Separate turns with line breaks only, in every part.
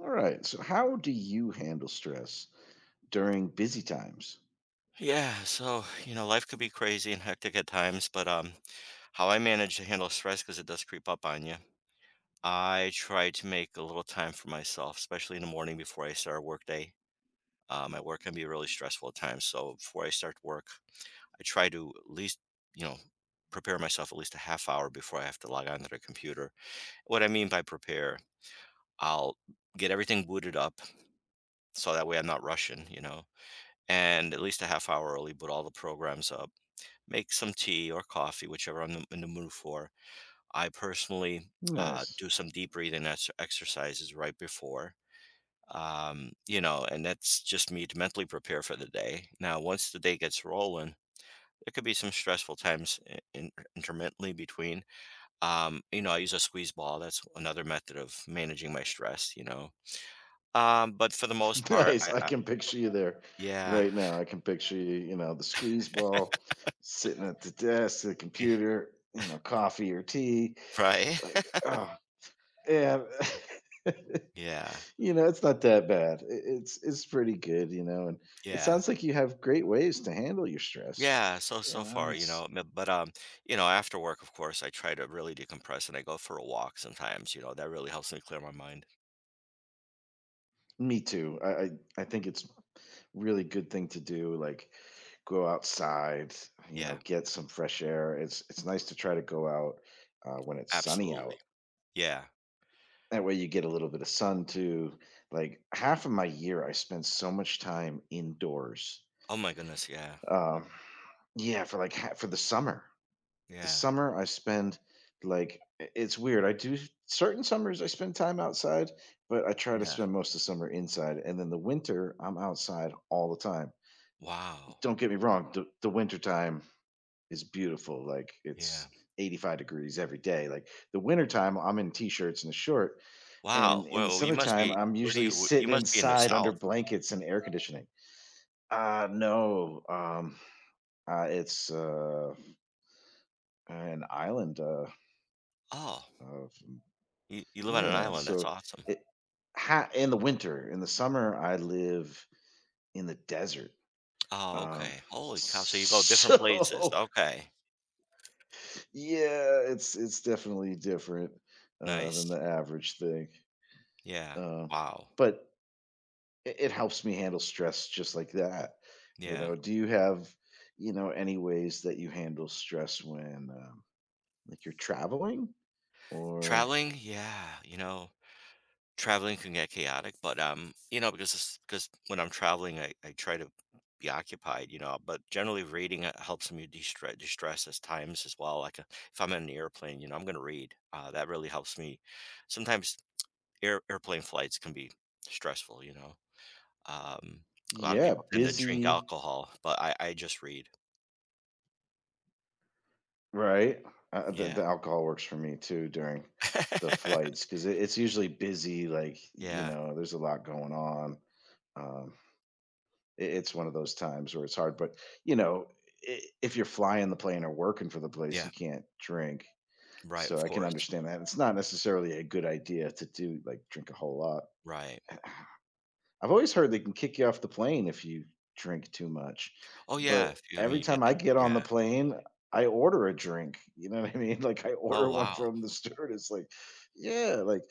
All right. So, how do you handle stress during busy times?
Yeah, so, you know, life could be crazy and hectic at times, but how I manage to handle stress because it does creep up on you. I try to make a little time for myself, especially in the morning before I start a work day. My work can be really stressful at times, so before I start work, I try to at least, you know, prepare myself at least a half hour before I have to log onto the computer. What I mean by prepare, I'll get everything booted up so that way I'm not rushing, you know, and at least a half hour early, boot all the programs up, make some tea or coffee, whichever I'm in the mood for. I personally,
Nice.
do some deep breathing exercises right before, you know, and that's just me to mentally prepare for the day. Now, once the day gets rolling, there could be some stressful times intermittently between. You know, I use a squeeze ball. That's another method of managing my stress, you know. But for the most part,
Nice.
I,
I
I
can picture you there
yeah,
right now. I can picture you, you know, the squeeze ball, sitting at the desk, the computer, you know, coffee or tea.
right.
Like, oh, yeah.
Yeah,
You know, it's not that bad. It's pretty good, you know. And it
yeah.
sounds like you have great ways to handle your stress.
Yeah, so
You
so
know,
far, you know,
it's
but you know, after work, of course, I try to really decompress and I go for a walk sometimes, you know, that really helps me clear my mind.
me too. I think it's really good thing to do, like, go outside, you know,
Yeah,
get some fresh air. It's nice to try to go out when it's sunny
absolutely.
out,
Yeah.
that way you get a little bit of sun too. Like half of my year I spend so much time indoors,
Oh my goodness, yeah.
um yeah, for like for the summer. The
Yeah.
summer I spend, like, it's weird, I do certain summers I spend time outside, but I try to
Yeah.
spend most of the summer inside, and then the winter I'm outside all the time.
Wow.
Don't get me wrong, the winter time is beautiful. Like,
Yeah.
it's 85 degrees every day. Like, the wintertime, I'm in t-shirts and a short.
Wow.
And in the
Well, you must
summertime,
be,
I'm
where do
usually
you, you
sitting
must be in the
inside under
south.
blankets and air conditioning. No. It's, an island,
Oh,
of,
you live on an
yeah,
island. That's
so
awesome.
it in the winter, in the summer I live in the desert.
Oh,
Um
okay. Holy cow. So you go different places.
so
Okay.
yeah, it's definitely different than
Nice.
the average thing.
Yeah.
Uh,
Wow.
but it helps me handle stress just like that. You
Yeah.
know, do you have, you know, any ways that you handle stress when, like, you're traveling or,
Traveling? Yeah, you know. Traveling can get chaotic, but, you know, because it's because when I'm traveling, I try to be occupied, you know, but generally reading, helps me destre de-stress as times as well, like, if I'm in an airplane, you know, I'm gonna read, that really helps me. Sometimes airplane flights can be stressful, you know? Um, a lot of
yeah,
people tend to drink
busy,
alcohol, but I just read.
right? The,
Yeah.
the alcohol works for me too during the flights because it's usually busy. Like, you
Yeah,
know, there's a lot going on. Um, it's one of those times where it's hard. But, you know, I if you're flying the plane or working for the place,
yeah.
you can't drink.
Right,
So
of
I can
course.
understand that. It's not necessarily a good idea to do, like, drink a whole lot.
Right.
I've always heard they can kick you off the plane if you drink too much.
Oh, yeah,
But
if you, I mean,
every
you
time
get the
I get on the
yeah.
plane, I order a drink. You know what I mean? Like, I
Oh,
order one
wow.
from the stewardess. Like, yeah, like,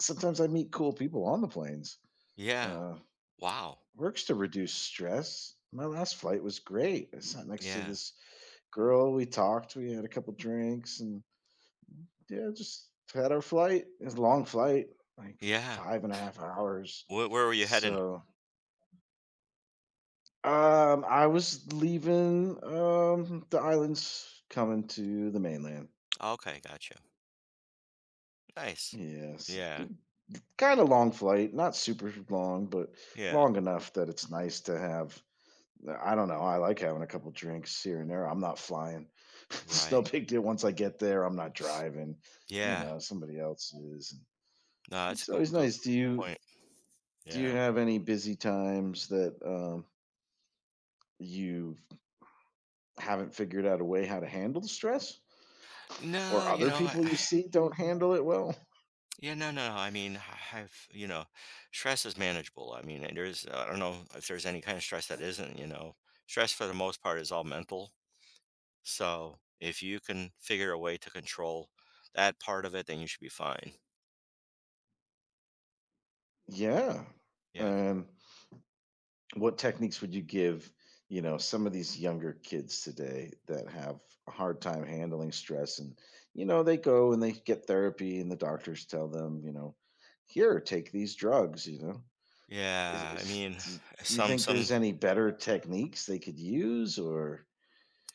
sometimes I meet cool people on the planes.
Yeah.
Uh,
Wow.
works to reduce stress. My last flight was great. I sat next to
Yeah.
this girl. We talked. We had a couple drinks, and yeah, just had our flight. It's a long flight, like,
Yeah.
five and a half hours.
Where were you heading?
So I was leaving the islands coming to the mainland.
Okay, gotcha. Nice.
Yes.
Yeah.
Kind of long flight, not super long, but
Yeah.
long enough that it's nice to have. I don't know. I like having a couple drinks here and there. I'm not flying. It's no
Right.
big deal. Once I get there, I'm not driving. You
Yeah.
know, somebody else is.
No, that's a
It's
good
always
good
nice. Do you,
point.
do you
Yeah.
have any busy times that, you haven't figured out a way how to handle the stress?
No,
Or
you
other
know, I,
people
I-
you see don't handle it well?
yeah, no, no. I mean, I- I've, you know, stress is manageable. I mean, and there's, I don't know if there's any kind of stress that isn't, you know, stress for the most part is all mental. So if you can figure a way to control that part of it, then you should be fine.
Yeah.
Yeah.
And what techniques would you give, you know, some of these younger kids today that have a hard time handling stress, and, you know, they go and they get therapy and the doctors tell them, you know, "Here, take these drugs," you know?
Yeah. I
Is
mean,
do you
some,
think
some.
there's any better techniques they could use or,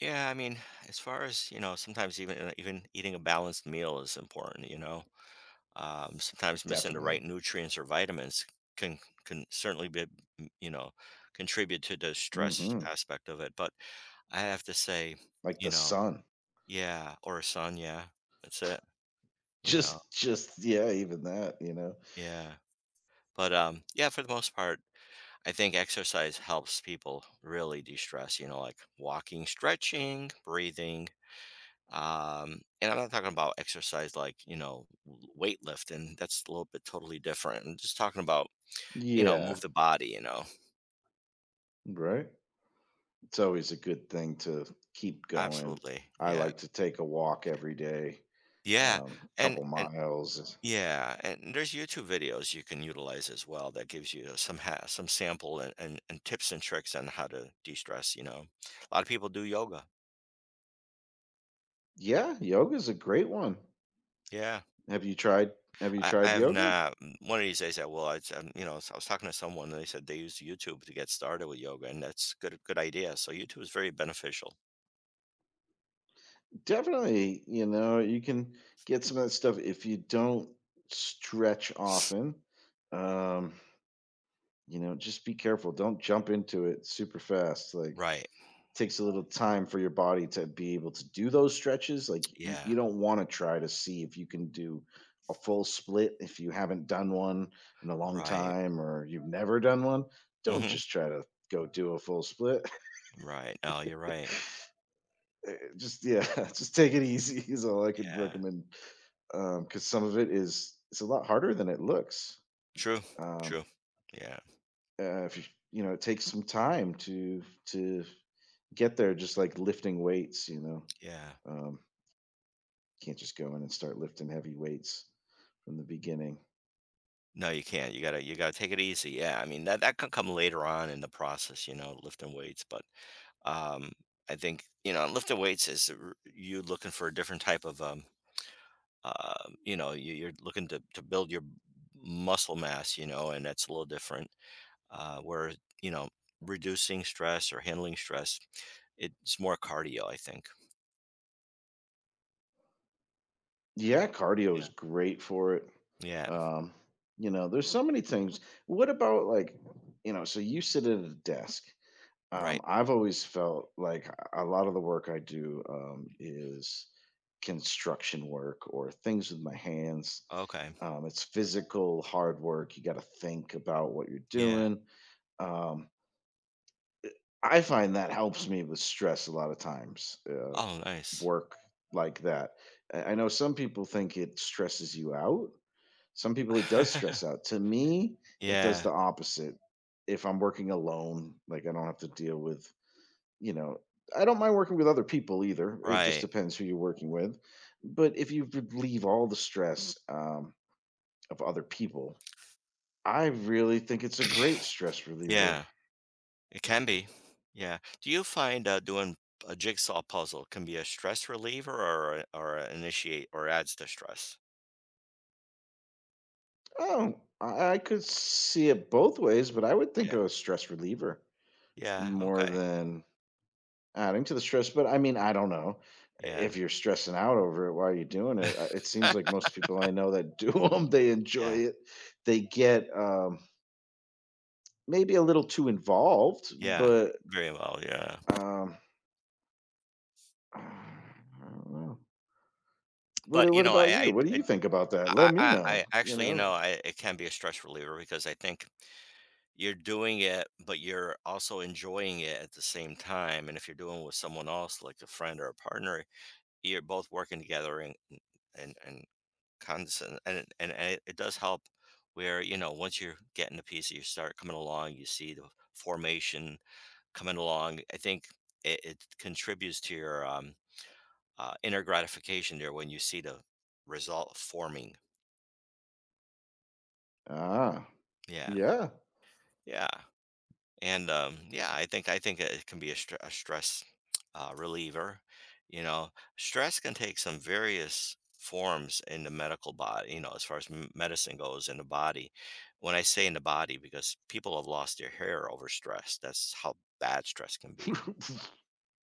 Yeah, I mean, as far as, you know, sometimes even even eating a balanced meal is important, you know. Sometimes missing the right
definitely.
nutrients or vitamins can certainly be, mm, you know, contribute to the stress
Mhm.
aspect of it. But I have to say,
Like
you
the
know,
sun.
yeah, or a son, yeah, that's it, you know,
Just yeah, even that, you know.
yeah. But yeah, for the most part, I think exercise helps people really de-stress, you know, like walking, stretching, breathing. And I'm not talking about exercise like, you know, weightlifting. That's a little bit totally different. I'm just talking about, you know,
Yeah,
move the body, you know.
right? It's always a good thing to keep going.
Absolutely.
I
Yeah.
like to take a walk every day,
Yeah. And
couple
and
miles.
yeah, and there's YouTube videos you can utilize as well that gives you some some sample and, tips and tricks on how to de-stress, you know. A lot of people do yoga.
Yeah, yoga's a great one.
Yeah.
Have you tried have you
I
tried
have
yoga?
not. Mm, one of these days, I will. I, you know, so I was talking to someone, and they said they use YouTube to get started with yoga, and that's good. Good idea. So YouTube is very beneficial.
Definitely, you know, you can get some of that stuff if you don't stretch often. Um, you know, just be careful. Don't jump into it super fast. Like,
Right.
takes a little time for your body to be able to do those stretches. Like, you,
Yeah.
you don't want to try to see if you can do a full split if you haven't done one in a long
Right.
time or you've never done one. Don't
Hmm.
just try to go do a full split.
Right. No, you're right.
Just yeah, just take it easy is all I could
Yeah.
recommend. Because some of it is, it's a lot harder than it looks.
True.
Um,
True. Yeah.
if you, you know, it takes some time to get there. Just like lifting weights, you know.
Yeah.
Um, Can't just go in and start lifting heavy weights from the beginning.
No, you can't. You gotta. You gotta take it easy. Yeah. I mean, that that can come later on in the process. You know, lifting weights, but um, I think you know, lifting weights is you looking for a different type of um, you know, you're looking to build your muscle mass, you know, and that's a little different. Where, you know, reducing stress or handling stress, it's more cardio, I think.
Yeah, cardio is great for it.
Yeah.
Um, you know, there's so many things. What about, like, you know, so you sit at a desk.
Right.
I've always felt like a lot of the work I do, is construction work or things with my hands.
Okay.
It's physical, hard work. You got to think about what you're
Yeah.
doing. Um, I find that helps me with stress a lot of times.
Oh, nice.
Work like that. I know some people think it stresses you out. Some people it does stress out. To me, it does
Yeah.
the opposite. If I'm working alone, like, I don't have to deal with, you know, I don't mind working with other people either. It just
Right.
depends who you're working with. But if you would leave all the stress, of other people, I really think it's a great stress reliever.
Yeah. It can be. Yeah. Do you find, doing a jigsaw puzzle can be a stress reliever or or a initiate or adds to stress?
Oh, I could see it both ways, but I would think
Yeah.
of a stress reliever
Yeah.
more
Okay.
than adding to the stress. But I mean, I don't know.
Yeah.
If you're stressing out over it, why are you doing it? I it seems like most people I know that do them, they enjoy
Yeah.
it. They get, maybe a little too involved,
Yeah,
but,
very well, yeah.
um, I don't know. What
But, you
what
know,
about you?
I
What do
I
you think about that? Let
I
me
I
know,
I
you
actually, you
know?
know, I it can be a stress reliever because I think you're doing it, but you're also enjoying it at the same time, and if you're doing it with someone else, like a friend or a partner, you're both working together and constant and it it does help where, you know, once you're getting a piece, you start coming along, you see the formation coming along. I think it it contributes to your, um, inner gratification there when you see the result forming.
Ah,
Yeah,
yeah.
yeah, and yeah, I think it can be a, a stress, reliever. You know, stress can take some various forms in the medical body. You know, as far as medicine goes in the body. When I say in the body, because people have lost their hair over stress. That's how bad stress can be.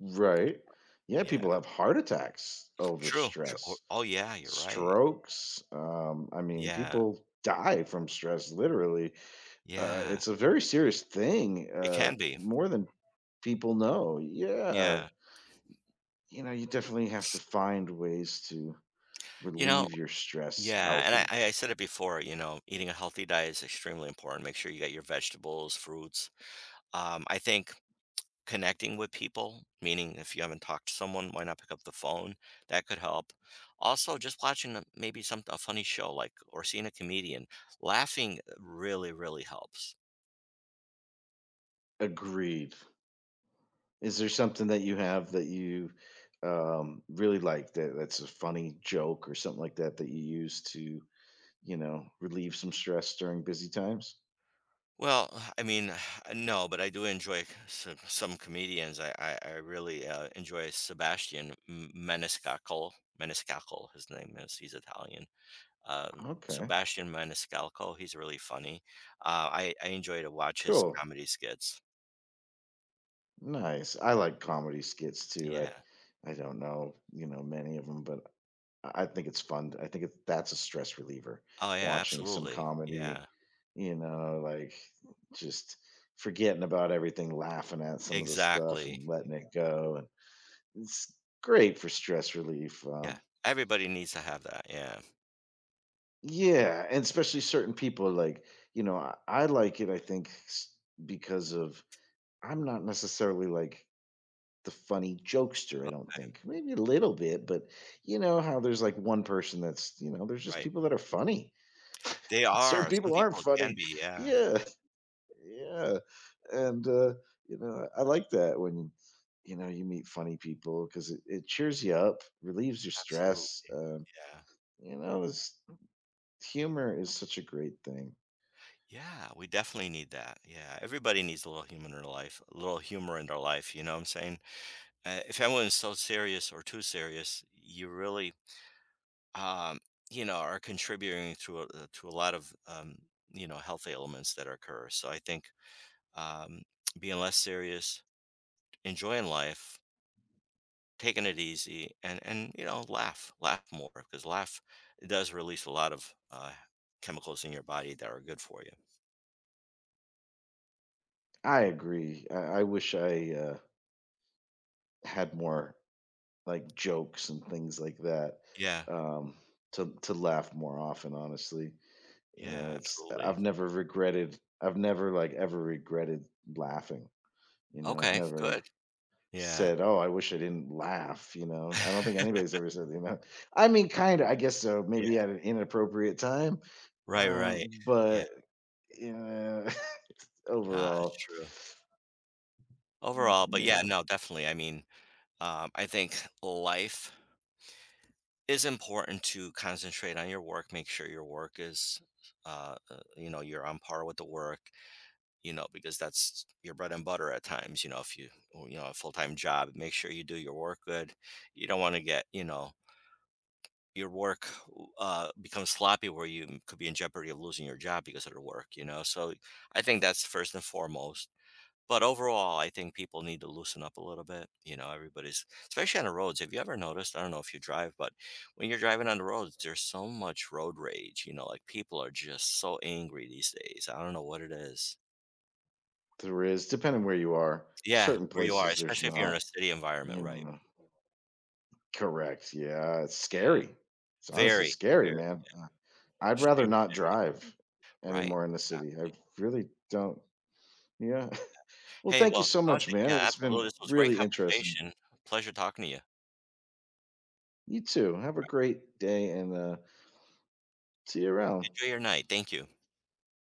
Right. Yeah,
Yeah,
people have heart attacks over
true. True. Oh,
stress,
oh, yeah, you're right.
strokes, I mean,
Yeah,
people die from stress, literally.
yeah,
It's a very serious thing,
it can be.
more than people know. Yeah,
Yeah.
you know, you definitely have to find ways to
You know,
relieve your stress
yeah, and I
healthy.
I I said it before, you know, eating a healthy diet is extremely important. Make sure you get your vegetables, fruits. I think connecting with people, meaning if you haven't talked to someone, why not pick up the phone? That could help. Also, just watching maybe some a funny show like or seeing a comedian, laughing really, really helps.
Agreed. Is there something that you have that you, really like, that that's a funny joke or something like that that you use to, you know, relieve some stress during busy times?
Well, I mean, no, but I do enjoy some comedians. I really, enjoy Sebastian Maniscalco. Maniscalco, his name is. He's Italian,
Okay,
Sebastian Maniscalco. He's really funny. I enjoy to watch his
cool,
comedy skits.
nice. I like comedy skits too.
Yeah.
I don't know, you know, many of them, but I think it's fun. I think it, that's a stress reliever.
Oh yeah,
Watching some
absolutely.
comedy,
Yeah.
you know, like, just forgetting about everything, laughing at some of the stuff
Exactly.
and letting it go. And it's great for stress relief.
Yeah. Everybody needs to have that. Yeah.
Yeah, and especially certain people, like, you know, I like it, I think, because of, I'm not necessarily like the funny jokester, I don't
Okay.
think. Maybe a little bit, but you know how there's like one person that's, you know, there's just
Right.
people that are funny.
They
Certain
are. Some
people aren't
people can
funny.
be. Yeah.
Yeah, yeah, and, you know, I like that when, you know, you meet funny people 'cause it cheers you up, relieves your stress,
Absolutely. Yeah.
you know, it's humor is such a great thing.
Yeah. We definitely need that. Yeah. Everybody needs a little humor in their life, a little humor in their life. You know what I'm saying? If everyone's so serious or too serious, you really, um, you know, are contributing to a lot of you know, health ailments that occur. So I think, um, being less serious, enjoying life, taking it easy, and you know laugh, laugh more because laugh does release a lot of, chemicals in your body that are good for you.
I agree. I wish I, had more, like, jokes and things like that,
Yeah,
um, to laugh more often, honestly. You know,
yeah,
it's
absolutely.
I've never regretted, I've never, like, ever regretted laughing, you know, I've
Okay, good.
never
Yeah,
said, "Oh, I wish I didn't laugh," you know? I don't think anybody's ever said, you know? I mean, kinda, I guess so,
yeah,
maybe at an inappropriate time,
right, right. Yeah,
but, yeah,
that's
overall,
true. Overall, but yeah,
yeah,
no, definitely. I mean, I think life is important to concentrate on your work, make sure your work is you know you're on par with the work, you know because that's your bread and butter at times, you know if you oh, you know a full-time job, make sure you do your work good, you don't want to get, you know, your work, uh, becomes sloppy where you could be in jeopardy of losing your job because of the work, you know, so I think that's first and foremost. But overall, I think people need to loosen up a little bit. You know, everybody's, especially on the roads. Have you ever noticed? I don't know if you drive, but when you're driving on the roads, there's so much road rage. You know, like people are just so angry these days. I don't know what it is.
there is, depending where you are.
Yeah,
Certain
where you are,
places there's
especially if you're in a
not,
city environment,
you
right?
know, correct, yeah, it's
Yeah,
scary. It's honestly
very,
scary,
very,
man. I'd rather
extremely
not
serious,
drive
right?
anymore in the city. I
Exactly.
really don't, yeah. Well,
Hey,
thank you
well,
so
I was,
much, man.
yeah,
It's been
absolutely. This was a great
really interesting.
conversation. Pleasure talking to you.
You too. Have a great day and, see you around.
Enjoy your night. Thank you.